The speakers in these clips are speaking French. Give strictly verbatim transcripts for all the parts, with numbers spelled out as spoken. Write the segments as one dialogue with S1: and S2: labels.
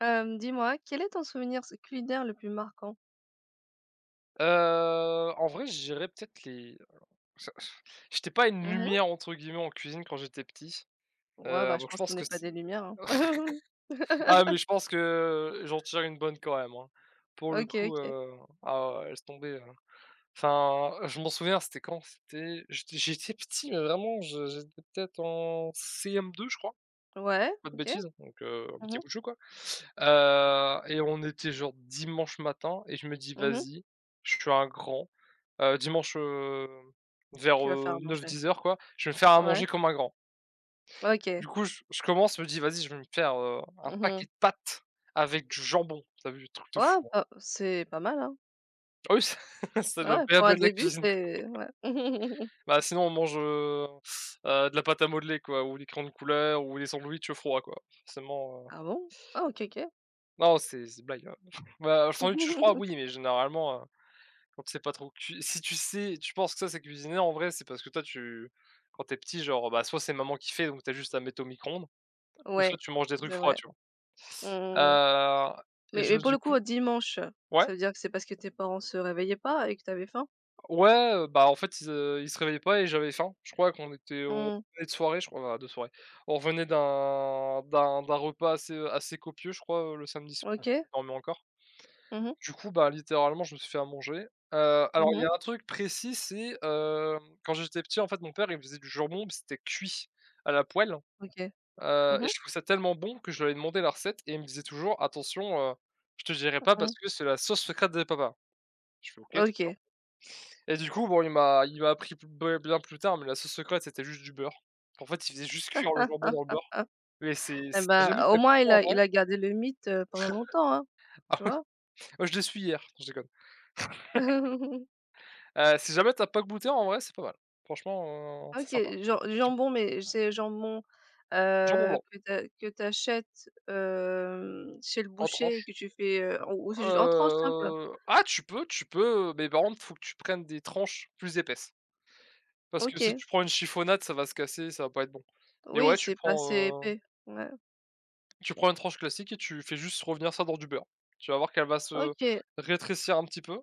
S1: Hem, dis-moi, quel est ton souvenir s culinaire le plus marquant?
S2: Heu, en vrai, je dirais peut-être les je j'étais pas «une
S1: Mmh.
S2: lumière» entre guillemets en cuisine quand j'étais petit,
S1: Ouais,
S2: heu,
S1: bah, je
S2: donc je
S1: pense
S2: pense
S1: qu'on n'est
S2: que
S1: pas
S2: c'est
S1: des lumières, hein.
S2: ah, mais je pense que j'en tire une bonne quand même, hein. Pour le
S1: OK,
S2: coup,
S1: OK.
S2: heu, ah ouais, laisse tomber, heu, enfin, je m'en souviens, c'était quand? C'était j'étais j'étais petit, mais vraiment, je j'étais peut-être en C M deux, je crois.
S1: Ouais,
S2: Pas de
S1: OK.
S2: bêtises, donc heu, un
S1: Mmh
S2: petit
S1: mh.
S2: bout de chou, quoi. Heu et on était genre dimanche matin et je me dis:
S1: Mmh.
S2: «Vas-y, je suis un grand». Heu, dimanche, heu, vers,
S1: Tu vas faire à
S2: neuf
S1: manger.
S2: dix heures quoi, je vais me faire à
S1: Ouais.
S2: manger comme un grand.
S1: OK.
S2: Du coup, je je commence, je me dis: «Vas-y, je vais me faire, heu, un paquet
S1: Mmh.
S2: de pâtes avec du jambon». T'as vu, truc de fou,
S1: Ouais,
S2: hein.
S1: bah, c'est pas mal, hein.
S2: Ah oui, c'est c'est le
S1: Ouais, pour
S2: b a-ba
S1: un
S2: de la
S1: début,
S2: cuisine, quoi.
S1: c'est ouais.
S2: Bah, sinon on mange, heu heu, de la pâte à modeler, quoi, ou des crayons de couleur ou des sandwichs froids, quoi. Forcément,
S1: Ah bon? Ah OK, OK.
S2: non, c'est c'est blague, hein. Bah, le sandwich, je crois, oui, mais généralement, heu, quand tu sais pas trop cui si tu sais, tu penses que ça, c'est cuisiner, en vrai, c'est parce que toi, tu quand t'es petit, genre, bah, soit c'est maman qui fait, donc t'as juste à mettre au micro-ondes, ou soit
S1: Ouais,
S2: tu manges des trucs
S1: c'est
S2: froids,
S1: vrai.
S2: tu vois?
S1: Mmh mmh.
S2: Heu et
S1: Mais
S2: je
S1: mais
S2: me
S1: pour
S2: du
S1: le coup,
S2: coup
S1: heu, dimanche,
S2: ouais,
S1: ça veut dire que c'est parce que tes parents se réveillaient pas et que t'avais faim?
S2: ouais, heu, bah, en fait, ils, heu, ils se réveillaient pas et j'avais faim. Je crois qu'on était on
S1: Mmh.
S2: revenait de soirée, je crois, voilà, de soirée. On revenait d'un d'un d'un repas assez, euh, assez copieux, je crois, heu, le samedi soir, du coup,
S1: OK.
S2: je dormais encore.
S1: Mmh mh.
S2: Du coup, bah, littéralement, je me suis fait à manger. Heu, alors il y a
S1: Mmh.
S2: un truc précis, c'est, hem, quand j'étais petit, en fait, mon père, il faisait du jambon, mais c'était cuit à la poêle,
S1: OK.
S2: heu
S1: Mmh mh.
S2: et je trouvais ça tellement bon que je lui avais demandé la recette et il me disait toujours: «Attention, heu, je te dirai pas parce
S1: Mmh.
S2: que c'est la sauce secrète des papa». Je fais: «OK, très bien»
S1: OK.
S2: et du coup, bon, il m'a il m'a appris plus b bien plus tard, mais la sauce secrète, c'était juste du beurre. En fait, il faisait juste cuire le jambon dans le beurre, mais c'est
S1: Et
S2: si tu jamais
S1: bah,
S2: t'as
S1: au
S2: as goûté
S1: moins il
S2: en
S1: a
S2: vrai.
S1: il a gardé le mythe, heu, pendant longtemps, hein,
S2: Ah
S1: tu
S2: oui,
S1: vois?
S2: moi je l'ai su hier, je déconne. Heu, si jamais t'as pas goûté, en vrai, c'est pas mal. Franchement, heu, c'est
S1: OK,
S2: sympa.
S1: jan jambon, mais c'est jambon,
S2: Du jambon
S1: heu,
S2: blanc
S1: que tu que tu achètes chez le
S2: en
S1: boucher et
S2: tranches,
S1: que tu fais, heu, ou ou c'est juste en tranches simple.
S2: heu, ah, tu peux tu peux, mais par contre, faut que tu prennes des tranches plus épaisses parce que si
S1: OK,
S2: tu prends une chiffonnade, ça va se casser, ça va pas être bon. Mais ouais,
S1: oui,
S2: tu
S1: c'est pas assez
S2: prends, heu,
S1: épais. Ouais.
S2: tu prends une tranche classique et tu fais juste revenir ça dans du beurre. Tu vas voir qu'elle va se
S1: OK.
S2: rétrécir un petit peu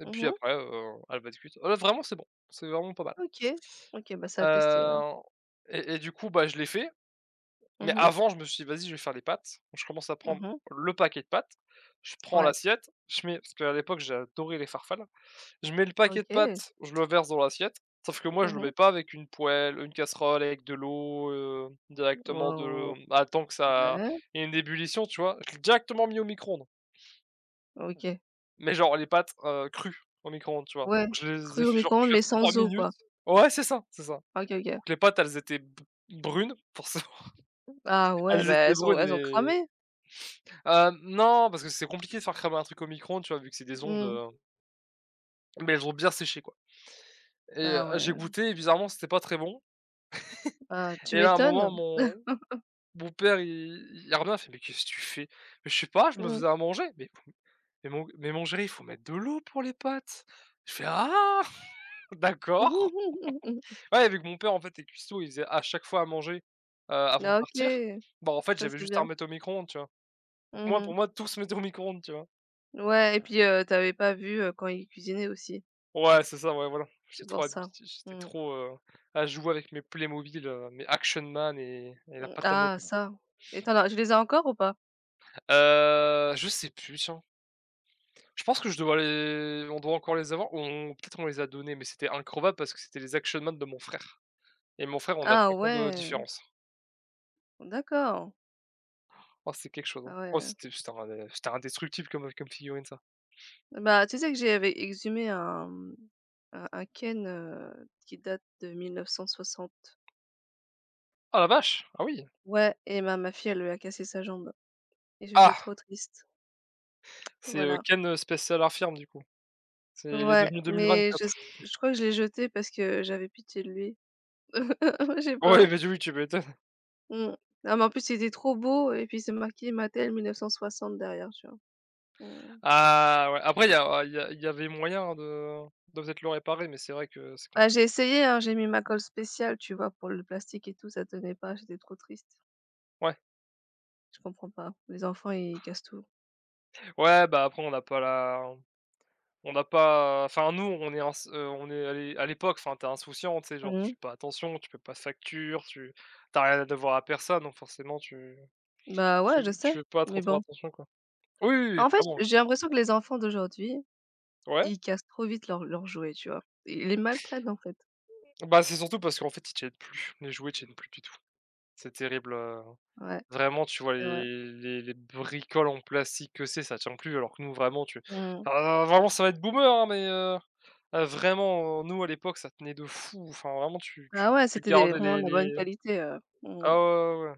S2: et puis
S1: Mmh.
S2: après, heu, elle va être cuite. Heu, vraiment, c'est bon, c'est vraiment pas mal.
S1: OK. OK, bah, ça a testé. alors.
S2: Heu et et du coup, bah, je l'ai fait. Mais
S1: Mmh mh.
S2: avant, je me suis dit: «Vas-y, je vais faire les pâtes». Je commence à prendre
S1: Mmh.
S2: le paquet de pâtes, je prends
S1: Ouais.
S2: l'assiette, je mets parce qu'à l'époque, j'ai adoré les farfales. Je mets le paquet de
S1: OK.
S2: pâtes, je le verse dans l'assiette, sauf que moi, je
S1: Mmh
S2: le mets
S1: mh.
S2: pas avec une poêle, une casserole, avec de l'eau, heu, directement de, attends que ça
S1: Ouais.
S2: il y ait une ébullition, tu vois? Je l'ai directement mis au micro-ondes,
S1: OK.
S2: mais genre les pâtes, heu, crues au micro-ondes, tu vois?
S1: Ouais.
S2: Je les
S1: Cru
S2: ai
S1: au
S2: fait genre
S1: micro-ondes
S2: cuire
S1: mais
S2: trois
S1: sans eau,
S2: minutes.
S1: quoi.
S2: Ouais, c'est ça, c'est ça.
S1: OK, OK.
S2: Donc les pâtes, elles étaient b brunes, forcément.
S1: Ah ouais,
S2: Elles
S1: bah,
S2: étaient
S1: elles ont
S2: brunes
S1: elles ont
S2: et
S1: cramé?
S2: Heu, non, parce que c'est compliqué de faire cramer un truc au micro-ondes, tu vois? Vu que c'est des ondes,
S1: Mmh.
S2: heu, mais elles ont bien séché, quoi et heu,
S1: Ah
S2: j'ai
S1: ouais.
S2: goûté et bizarrement, c'était pas très bon.
S1: Ah, tu
S2: Et là, à un
S1: m'étonnes.
S2: moment, mon mon père, il il revient, il fait: «Mais qu'est-ce que tu fais?» «Mais je sais pas, je me
S1: Mmh.
S2: faisais à manger». «Mais f mais mon mais mon chéri, il faut mettre de l'eau pour les pâtes». Je fais: «Ah! D'accord». Ouais, vu que mon père, en fait, est cuistot, il faisait à chaque fois à manger, heu, avant de
S1: Ah OK,
S2: partir, bah, en fait,
S1: ça
S2: j'avais
S1: c'est
S2: juste à
S1: bien.
S2: remettre au micro-ondes, tu vois? Donc moi,
S1: Mmh.
S2: pour moi, tout se mettait au micro-ondes, tu vois?
S1: Ouais et puis, heu, tu pas vu, heu, quand ils cuisinaient aussi,
S2: Ouais, c'est ça, ouais, voilà. J'étais
S1: c'est
S2: trop
S1: pour ça.
S2: habitué, j'étais
S1: Mmh.
S2: trop, heu, à jouer avec mes Playmobil, heu, mes Action Man et et la
S1: Mmh.
S2: pâte à
S1: Ah
S2: modeler.
S1: ça, et tu as tu les ai encore ou pas?
S2: Heu, je sais plus, tiens. Je pense que je dois les on doit encore les avoir, on peut-être on les a donnés, mais c'était incroyable parce que c'était les Action Man de mon frère et mon frère, on a
S1: Ah
S2: 5 ans de
S1: ouais,
S2: différence.
S1: d'accord.
S2: Oh, c'est quelque chose, hein.
S1: Ah
S2: Oh,
S1: ouais.
S2: c'était c'était un, c'était indestructible comme, comme figurine, ça.
S1: Bah, tu sais que j'avais exhumé un, mmh, un un Ken, heu, qui date de mille neuf cent soixante.
S2: Ah la vache! Ah oui.
S1: Ouais, et ma ma fille, elle lui a cassé sa jambe, et je suis
S2: Ah!
S1: trop triste.
S2: C'est, heu,
S1: Voilà.
S2: Ken, heu, Space Solar du coup. C'est il est
S1: Ouais,
S2: devenu
S1: mais je
S2: deux mille vingt-quatre.
S1: s je crois que je l'ai jeté parce que j'avais pitié de lui. Je sais
S2: Ouais,
S1: pas.
S2: bah, oui, tu m'étonnes.
S1: Mmh. Non, mais en plus, il était trop beau, et puis c'est marqué Mattel mille neuf cent soixante derrière, tu vois? Mmh.
S2: Ah ouais, après il y a ah, il y a il y avait moyen de de peut-être le réparer, mais c'est vrai que c'est
S1: Bah, j'ai
S2: compliqué.
S1: essayé, hein, j'ai mis ma colle spéciale, tu vois, pour le plastique et tout, ça tenait pas, j'étais trop triste.
S2: Ouais,
S1: Je comprends pas. Les enfants, ils cassent tout.
S2: ouais, bah, après on n'a pas la on n'a pas enfin nous on est ins heu, on est à l'é à l'époque, enfin t'es insouciant, tu sais? Genre tu fais
S1: Mmh.
S2: pas attention, tu payes pas de facture, tu t'as rien à devoir à personne, donc forcément tu
S1: Bah, ouais, je
S2: tu tu
S1: sais,
S2: fais pas trop,
S1: mais
S2: trop
S1: bon.
S2: attention, quoi. Oui, oui, oui,
S1: En fait,
S2: clairement,
S1: j'ai
S2: clairement.
S1: l'impression que les enfants d'aujourd'hui,
S2: Ouais,
S1: ils cassent trop vite leurs leurs jouets, tu vois? Ils les maltraitent, en fait.
S2: bah, c'est surtout parce qu'en fait, ils tiennent plus, les jouets tiennent plus du tout. C'est terrible, heu
S1: Ouais,
S2: vraiment, tu vois
S1: c'est vrai.
S2: les les les bricoles en plastique que c'est, ça tient plus, alors que nous vraiment tu
S1: Mmh.
S2: ah vraiment ça va être boomer, hein, mais heu, heu, vraiment, euh, nous à l'époque ça tenait de fou, enfin vraiment tu tu
S1: Ah ouais,
S2: tu
S1: c'était des
S2: gardais
S1: vraiment
S2: les
S1: de la
S2: les
S1: bonne qualité, heu. Mmh,
S2: ah ouais, ouais, ouais,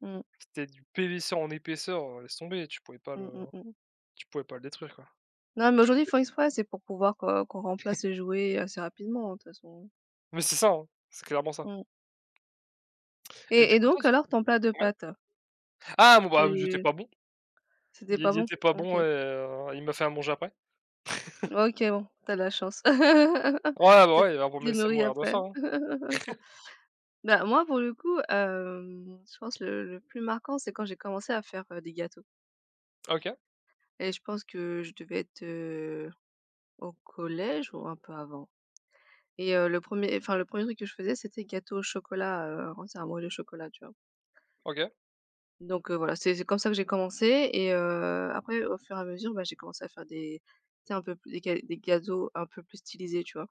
S1: mmh,
S2: c'était du P V C en épaisseur, heu, laisse tomber, tu pouvais pas
S1: mmh
S2: le
S1: mh, mmh.
S2: tu pouvais pas le détruire, quoi.
S1: Non, mais aujourd'hui, ils font exprès, c'est pour pouvoir qu'on qu'on remplace les jouets assez rapidement, hein, de toute façon.
S2: Mais c'est ça, hein, c'est clairement ça.
S1: Mmh.
S2: Et
S1: et
S2: du
S1: et
S2: coup toi
S1: donc
S2: c
S1: alors, ton plat de
S2: ouais?
S1: pâtes,
S2: Ah bon,
S1: tu
S2: bah, j'étais pas bon, il
S1: c'était pas
S2: il
S1: bon?
S2: était pas
S1: OK.
S2: bon et heu, il m'a fait à manger après.
S1: OK, bon, t'as de la chance.
S2: Ouais, bah,
S1: Tu
S2: ouais, il va me
S1: T'es
S2: laisser
S1: nourrie
S2: mourir de
S1: après.
S2: faim, hein.
S1: Bah, moi, pour le coup, hem, je pense, le le plus marquant, c'est quand j'ai commencé à faire, heu, des gâteaux,
S2: OK,
S1: et je pense que je devais être, heu, au collège ou un peu avant. Et, heu, le premier, enfin le premier truc que je faisais, c'était gâteau au chocolat, heu, en un moelleux au chocolat, tu vois?
S2: OK,
S1: Donc, heu, voilà, c'est c'est comme ça que j'ai commencé, et, heu, après au fur et à mesure, bah, j'ai commencé à faire des, tu sais, un peu plus des ga des gâteaux un peu plus stylisés, tu vois?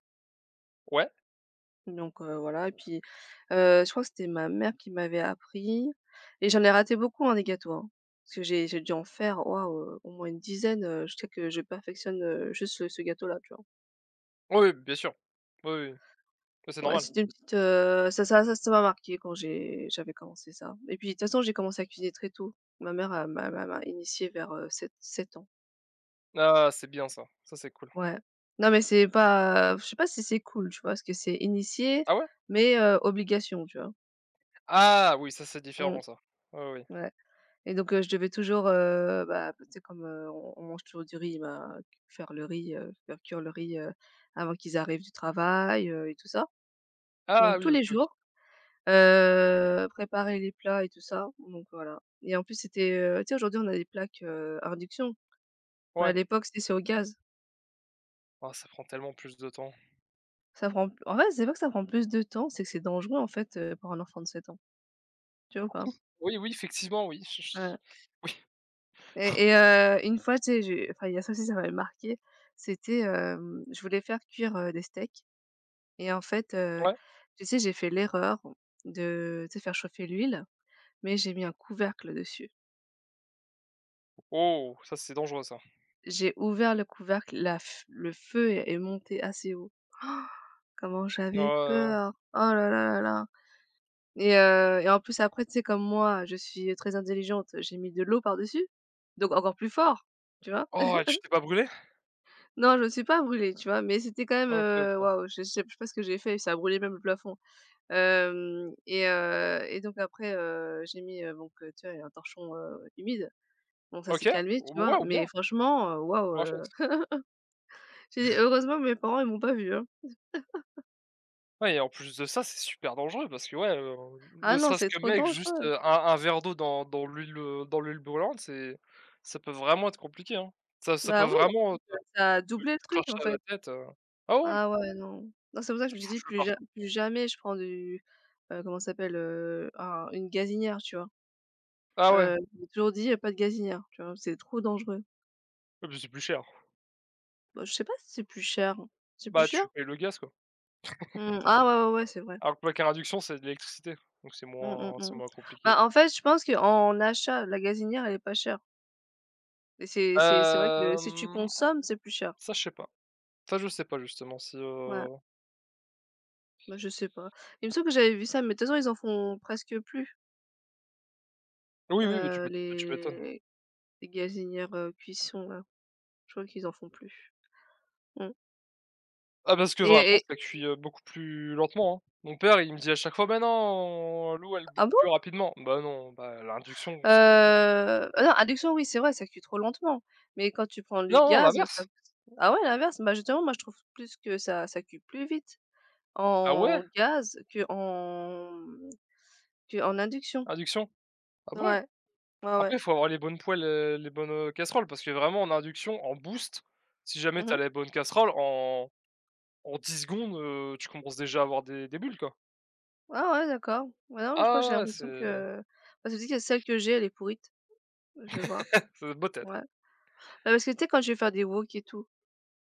S2: ouais.
S1: Donc, heu, voilà, et puis, heu, je crois que c'était ma mère qui m'avait appris, et j'en ai raté beaucoup, hein, des gâteaux, hein, parce que j'ai j'ai dû en faire, waouh, heu, au moins une dizaine, heu, je sais que je perfectionne, heu, juste ce ce gâteau-là, tu vois?
S2: Oui, bien sûr. Oui, oui. Mais c'est
S1: Ouais,
S2: normal.
S1: c'était une petite, heu, ça ça ça ça m'a marqué quand j'ai j'avais commencé ça, et puis de toute façon, j'ai commencé à cuisiner très tôt. Ma mère, elle m'a m'a m'a initiée vers, heu, sept 7 ans.
S2: Ah, c'est bien ça. Ça, c'est cool.
S1: Ouais. Non, mais c'est pas je sais pas si c'est cool, tu vois? Parce que c'est initié,
S2: Ah ouais?
S1: mais, heu, obligation, tu vois?
S2: Ah oui, ça, c'est
S1: Mmh,
S2: différent ça. Oui, oui.
S1: ouais, et donc, heu, je devais toujours, heu, bah, tu sais, comme, heu, on on mange toujours du riz, bah, faire le riz, heu, faire cuire le riz, heu, avant qu'ils arrivent du travail, heu et tout ça.
S2: Ah
S1: Donc tous
S2: oui, OK,
S1: les
S2: OK.
S1: jours. Heu, préparer les plats et tout ça, donc voilà, et en plus c'était, heu, tu sais, aujourd'hui on a des plaques, heu, à induction, mais à
S2: Ouais.
S1: l'époque c'était c'est au gaz.
S2: Ah, ça prend tellement plus de temps.
S1: Ça prend en fait c'est pas que ça prend plus de temps, c'est que c'est dangereux, en fait, heu, pour un enfant de sept ans, tu vois ou pas?
S2: Oui, oui, effectivement, oui. Je je
S1: Ouais,
S2: oui.
S1: et et, heu, une fois, tu sais, j'ai enfin il y a ça aussi, ça m'avait marqué, c'était, hem, je voulais faire cuire, heu, des steaks, et en fait, heu,
S2: Ouais.
S1: tu sais, j'ai fait l'erreur de, tu sais, faire chauffer l'huile, mais j'ai mis un couvercle dessus.
S2: Oh, ça, c'est dangereux ça.
S1: J'ai ouvert le couvercle, la f le feu est est monté assez haut. Ah, comment
S2: Ouais,
S1: j'avais
S2: ouais, ouais.
S1: peur! Oh là là là là! Et heu et en plus après, tu sais, comme moi, je suis très intelligente, j'ai mis de l'eau par-dessus, donc encore plus fort, tu vois?
S2: Oh et tu t'es pas brûlé.
S1: Non, je me suis pas brûlée, tu vois? Mais c'était quand même,
S2: OK,
S1: heu,
S2: OK.
S1: waouh, je je sais je sais pas ce que j'ai fait, ça a brûlé même le plafond. Hem et heu et donc après, heu, j'ai mis, heu, donc, heu, tu vois, un torchon, heu, humide. Bon, ça s'est
S2: OK,
S1: calmé, tu
S2: ouais
S1: vois?
S2: ou bien,
S1: Mais franchement, heu, waouh, heu,
S2: réflexe.
S1: j'ai, heureusement, mes parents, ils m'ont pas vue, hein.
S2: Ouais et en plus de ça, c'est super dangereux parce que, ouais, heu, ne
S1: Ah non,
S2: serait-ce
S1: c'est
S2: que
S1: trop
S2: mec, juste,
S1: dangereux.
S2: heu, un un verre d'eau dans dans l'huile, heu, dans l'huile brûlante, c'est ça peut vraiment être compliqué, hein. Ça ça peut
S1: Bah oui, en
S2: vraiment,
S1: plus,
S2: te
S1: heu, ça a
S2: te
S1: doublé le truc,
S2: crache
S1: en
S2: ça à la
S1: fait.
S2: tête, heu ah ouais, tu
S1: Ah ouais, non. Non, c'est pour ça que je
S2: le
S1: me suis dit:
S2: fais
S1: «Plus ja
S2: partout.
S1: plus jamais je prends du», heu, comment ça s'appelle? Heu, un une gazinière, tu vois?
S2: Ah ouais,
S1: Heu, j'ai toujours dit: euh, «Pas de gazinière», tu vois? C'est trop dangereux.
S2: et puis c'est plus cher.
S1: Bah, je sais pas si c'est plus cher. C'est plus
S2: Bah,
S1: cher?
S2: tu payes le gaz, quoi.
S1: Mmh, ah ouais, ouais, ouais, c'est vrai.
S2: Alors que bac à induction, c'est de l'électricité, donc c'est
S1: Mmh, mmh,
S2: moins c'est
S1: mmh.
S2: moins compliqué,
S1: Bah,
S2: quoi.
S1: en fait, je pense qu'en achat, la gazinière, elle est pas chère, et c'est, c'est c'est vrai que si tu
S2: Hem,
S1: consommes, c'est plus cher.
S2: ça, je sais pas. Ça, je sais pas justement si,
S1: Ouais,
S2: heu
S1: bah, je sais pas. Il me semble que j'avais vu ça, mais de toute façon, ils en font presque plus.
S2: oui, oui, bah, tu
S1: Heu,
S2: m'ét bah, tu m'étonnes.
S1: les les gazinières, heu, cuisson là, je crois qu'ils en font plus. Mmh,
S2: Ah parce que
S1: et
S2: vraiment,
S1: et
S2: ça cuit, heu, beaucoup plus lentement, hein. Mon père, il me dit à chaque fois: «Mais non, l'eau, elle bouille
S1: ah
S2: plus
S1: bon?
S2: rapidement». Bah non, bah, l'induction, forcément.
S1: Heu, ah non, induction oui, c'est vrai, ça cuit trop lentement, mais quand tu prends du
S2: Non,
S1: gaz, ça
S2: l'inverse.
S1: ah ouais, l'inverse? Bah justement, moi je trouve plus que ça ça cuit plus vite
S2: Ah ouais?
S1: en gaz qu'en mmh, qu'en induction.
S2: Induction? Ah bon?
S1: Ouais, ouais, ouais.
S2: Après, il faut avoir les bonnes poêles, heu, les bonnes, heu, casseroles parce que vraiment en induction, en boost, si jamais t'as
S1: Mmh.
S2: les bonnes casseroles, en en dix secondes, heu, tu commences déjà à avoir des des bulles, quoi.
S1: Ah ouais, d'accord. Ouais, non, mais je crois que
S2: Ah
S1: j'ai
S2: ouais, ouais,
S1: l'impression
S2: c'est
S1: que, parce que, veut dire que celle que j'ai, elle est pourrite. Je vais voir,
S2: beau doit être.
S1: ouais. Bah, parce que tu sais, quand je vais faire des wok et tout.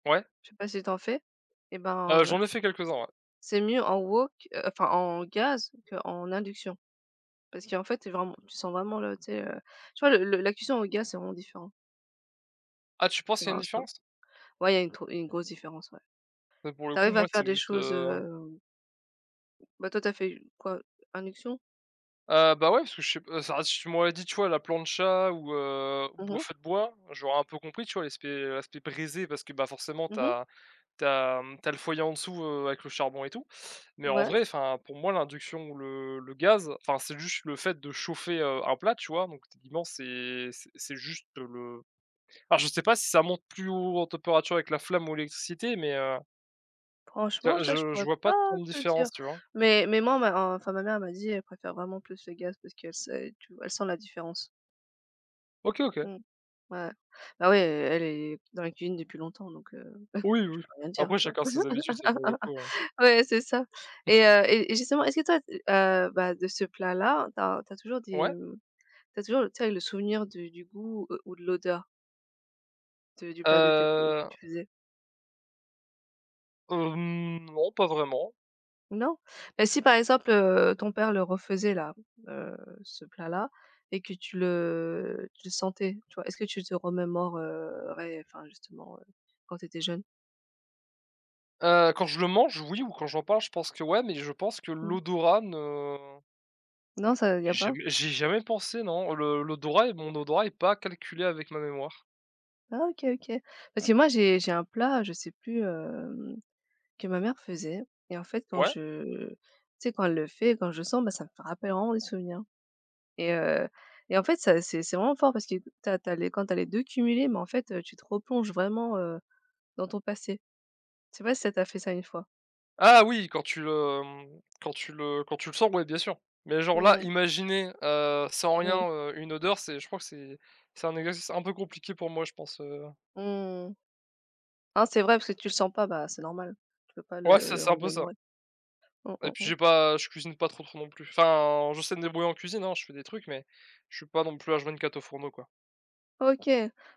S2: Ouais,
S1: Je sais pas si tu en fais? Et
S2: heu,
S1: ben, heu,
S2: j'en ai fait quelques-uns, ouais.
S1: c'est mieux en wok, heu, enfin en gaz qu'en induction. Parce qu'en fait, c'est vraiment, tu sens vraiment le, tu sais, heu, tu vois, le le la cuisson au gaz, c'est vraiment différent.
S2: Ah, tu penses qu'il y a une
S1: Enfin, c'est-.
S2: différence?
S1: Ouais, il y a une trop une grosse différence, ouais.
S2: Heu, pour le
S1: Tu
S2: coup,
S1: arrives à
S2: moi,
S1: faire
S2: c'est
S1: des
S2: juste,
S1: choses,
S2: heu
S1: heu bah, toi, t'as fait quoi? Induction?
S2: heu, bah, ouais, parce que je sais p euh, ça si tu m'aurais dit, tu vois, la plancha ou, heu,
S1: Mhm,
S2: ou au
S1: mhm.
S2: feu de bois, j'aurais un peu compris, tu vois, l'aspect l'aspect brisé parce que, bah, forcément, t'as. T'as as, mmh, le foyer en dessous, heu, avec le charbon et tout, mais en
S1: Ouais.
S2: vrai, enfin, pour moi, l'induction ou le le gaz, enfin, c'est juste le fait de chauffer, heu, un plat, tu vois? Donc techniquement, c'est c'est c'est juste le alors je sais pas si ça monte plus haut en température avec la flamme ou l'électricité, mais heu, tu
S1: Franchement,
S2: vois?
S1: ça, je
S2: Je je
S1: pourrais
S2: vois pas
S1: pas
S2: tant de
S1: te dire.
S2: différence, tu vois?
S1: Mais mais moi, ma enfin ma mère m'a dit, elle préfère vraiment plus le gaz parce qu'elle sait tu elle sent la différence.
S2: OK, OK.
S1: Mmh. Ouais. Bah, ouais, elle est dans la cuisine depuis longtemps donc. Je
S2: Oui, oui.
S1: peux rien dire,
S2: Après
S1: tu vois?
S2: chacun ses habitudes, ça pour le coup, heu.
S1: Ouais, c'est ça, et heu et et justement, est-ce que toi, t heu, bah, de ce plat-là, t'as as toujours des,
S2: Ouais?
S1: mmh, t'as toujours, tu sais, le souvenir du du goût ou ou de l'odeur de du plat de tes, que
S2: Heu,
S1: tu faisais?
S2: hem, non, pas vraiment.
S1: Non? Mais si, par exemple, heu, ton père le refaisait là, heu, ce plat-là, et que tu le tu le sentais, tu vois? Est-ce que tu te remémores, heu, ouais, enfin, justement, heu, quand tu étais jeune?
S2: Heu, quand je le mange, oui, ou quand j'en parle, je pense que ouais, mais je pense que
S1: Mmh.
S2: l'odorat ne
S1: Non, ça y a
S2: J'ai
S1: pas?
S2: Jamais j'y ai jamais pensé, non. le l'odorat est Mon odorat est pas calculé avec ma mémoire.
S1: Ah, OK, OK. Parce que moi, j'ai j'ai un plat, je sais plus, que ma mère faisait, et en fait quand
S2: Ouais.
S1: je, tu sais, quand elle le fait, quand je sens, bah, ça me rappelle vraiment des souvenirs, et heu et en fait ça, c'est c'est vraiment fort parce que t'as t'as les, quand t'as les deux cumulés, mais en fait, heu, tu te replonges vraiment, heu, dans ton passé. Je sais pas si ça t'a fait ça une fois?
S2: Ah oui, quand tu le, mmh, quand tu le quand tu le sens, ouais, bien sûr. Mais genre là,
S1: Mmh,
S2: imaginer, heu, sans
S1: mmh,
S2: rien, heu, une odeur, c'est, je crois que c'est c'est un exercice un peu compliqué pour moi, je pense, heu.
S1: mmh. Non, c'est vrai parce que tu le sens pas, bah, c'est normal. Tu peux pas
S2: Ouais,
S1: le
S2: c'est
S1: le
S2: c'est un peu ça.
S1: remémorer. Mmh,
S2: Et
S1: mmh,
S2: puis
S1: mmh.
S2: j'ai pas je cuisine pas trop, trop non plus. Enfin, je sais me débrouiller en cuisine, hein, je fais des trucs, mais je suis pas non plus h vingt-quatre au fourneau, quoi.
S1: OK.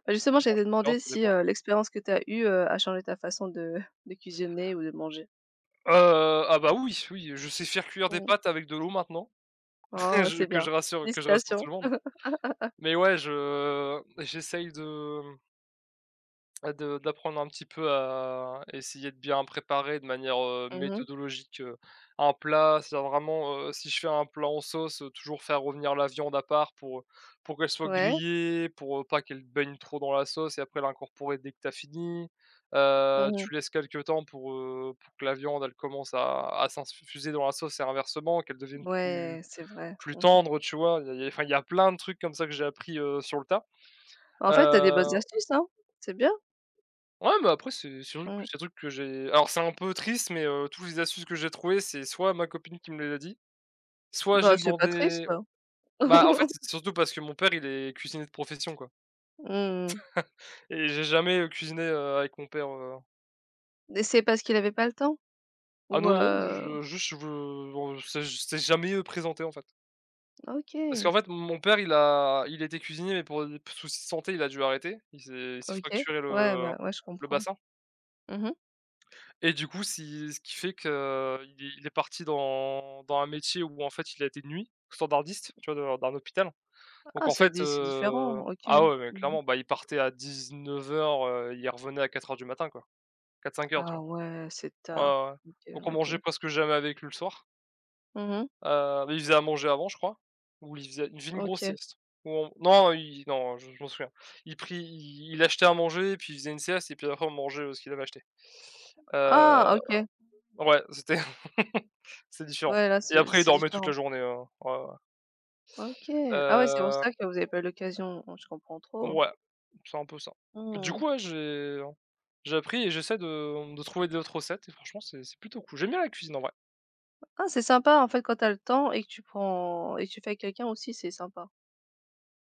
S1: Bah, justement, j'allais te demander
S2: ça
S1: si,
S2: dépend.
S1: heu, l'expérience que tu as eue, heu, a changé ta façon de de cuisiner ou de manger?
S2: Heu, ah bah oui, oui, je sais faire cuire des
S1: Mmh.
S2: pâtes avec de l'eau maintenant.
S1: Oh,
S2: je
S1: c'est
S2: que
S1: bien.
S2: je rassure que Je rassure tout
S1: Félicitations.
S2: le monde. Mais ouais, je j'essaye de, mmh, de d'apprendre un petit peu à essayer de bien préparer de manière, heu,
S1: Mmh.
S2: méthodologique, heu, un plat. C'est-à-dire vraiment, heu, si je fais un plat en sauce, heu, toujours faire revenir la viande à part pour, pour qu'elle soit
S1: Ouais.
S2: grillée, pour, heu, pas qu'elle baigne trop dans la sauce, et après l'incorporer dès que t'as fini. Heu,
S1: Mmh.
S2: tu laisses quelques temps pour, heu, pour que la viande, elle commence à à s'infuser dans la sauce, et inversement, qu'elle devienne plus
S1: Ouais, c'est vrai.
S2: plus
S1: Mmh.
S2: tendre, tu vois? Il y a il y a Enfin, il y a plein de trucs comme ça que j'ai appris, heu, sur le tas.
S1: En fait, t'as des bonnes
S2: Heu,
S1: astuces, hein. C'est bien.
S2: ouais, mais après c'est c'est un truc
S1: Mmh.
S2: c'est un truc que j'ai... Alors c'est un peu triste, mais heu, toutes les astuces que j'ai trouvées, c'est soit ma copine qui me les a dit, soit j'ai
S1: Bah, c'est pas triste.
S2: demandé. Bah, en fait, c'est surtout parce que mon père, il est cuisinier de profession, quoi,
S1: Mmh.
S2: et j'ai jamais, heu, cuisiné, heu, avec mon père, heu
S1: Et c'est parce qu'il avait pas le temps?
S2: ah
S1: Ou,
S2: non, non,
S1: heu
S2: je juste, je veux- bon, c'est c'est jamais, heu, présenté, en fait. Parce qu'en
S1: OK,
S2: fait, mon père, il a il était cuisinier, mais pour des soucis de santé, il a dû arrêter. Il s'est il s'est
S1: OK.
S2: fracturé
S1: Ouais,
S2: le
S1: bah, ouais, je
S2: le
S1: comprends.
S2: bassin.
S1: Mmh.
S2: Et du coup, si ce qui fait qu'il est il est parti dans dans un métier où en fait il a été de nuit, standardiste, tu vois? Dans dans un hôpital. Donc
S1: Ah,
S2: en
S1: c'est
S2: fait,
S1: di c'est
S2: heu
S1: différent. OK.
S2: ah
S1: Mmh.
S2: ouais, mais clairement, bah, il partait à dix-neuf heures, heu, il revenait à quatre heures du matin, quoi. Quatre cinq heures, tu
S1: Ah ouais, c'est
S2: vois? Ouais,
S1: tard.
S2: ouais, ouais.
S1: OK,
S2: Donc on
S1: OK.
S2: mangeait presque jamais avec lui le soir.
S1: Mmh.
S2: Heu, bah, il faisait à manger avant, je crois, ou il faisait il faisait une grosse
S1: OK.
S2: sieste. Ou on non, il non, je je m'en souviens. Il prit il il achetait à manger, puis il faisait une sieste et puis après on mangeait, heu, ce qu'il avait acheté. Heu
S1: Ah OK.
S2: Ouais, c'était... c'est différent.
S1: Ouais, là,
S2: Et
S1: c'est
S2: après il
S1: c'est
S2: dormait toute la
S1: différent.
S2: journée, heu, ouais, ouais.
S1: OK. Ah ouais, c'est pour ça
S2: Heu,
S1: que vous avez pas eu l'occasion. Oh, je comprends trop.
S2: ouais, c'est un peu ça. Du
S1: Mmh.
S2: coup, ouais, j'ai j'ai appris et j'essaie de, mmh, de trouver d'autres recettes, et franchement c'est c'est plutôt cool. J'aime bien la cuisine en vrai.
S1: Ah, c'est sympa en fait quand t'as le temps et que tu prends et que tu fais avec quelqu'un aussi, c'est sympa.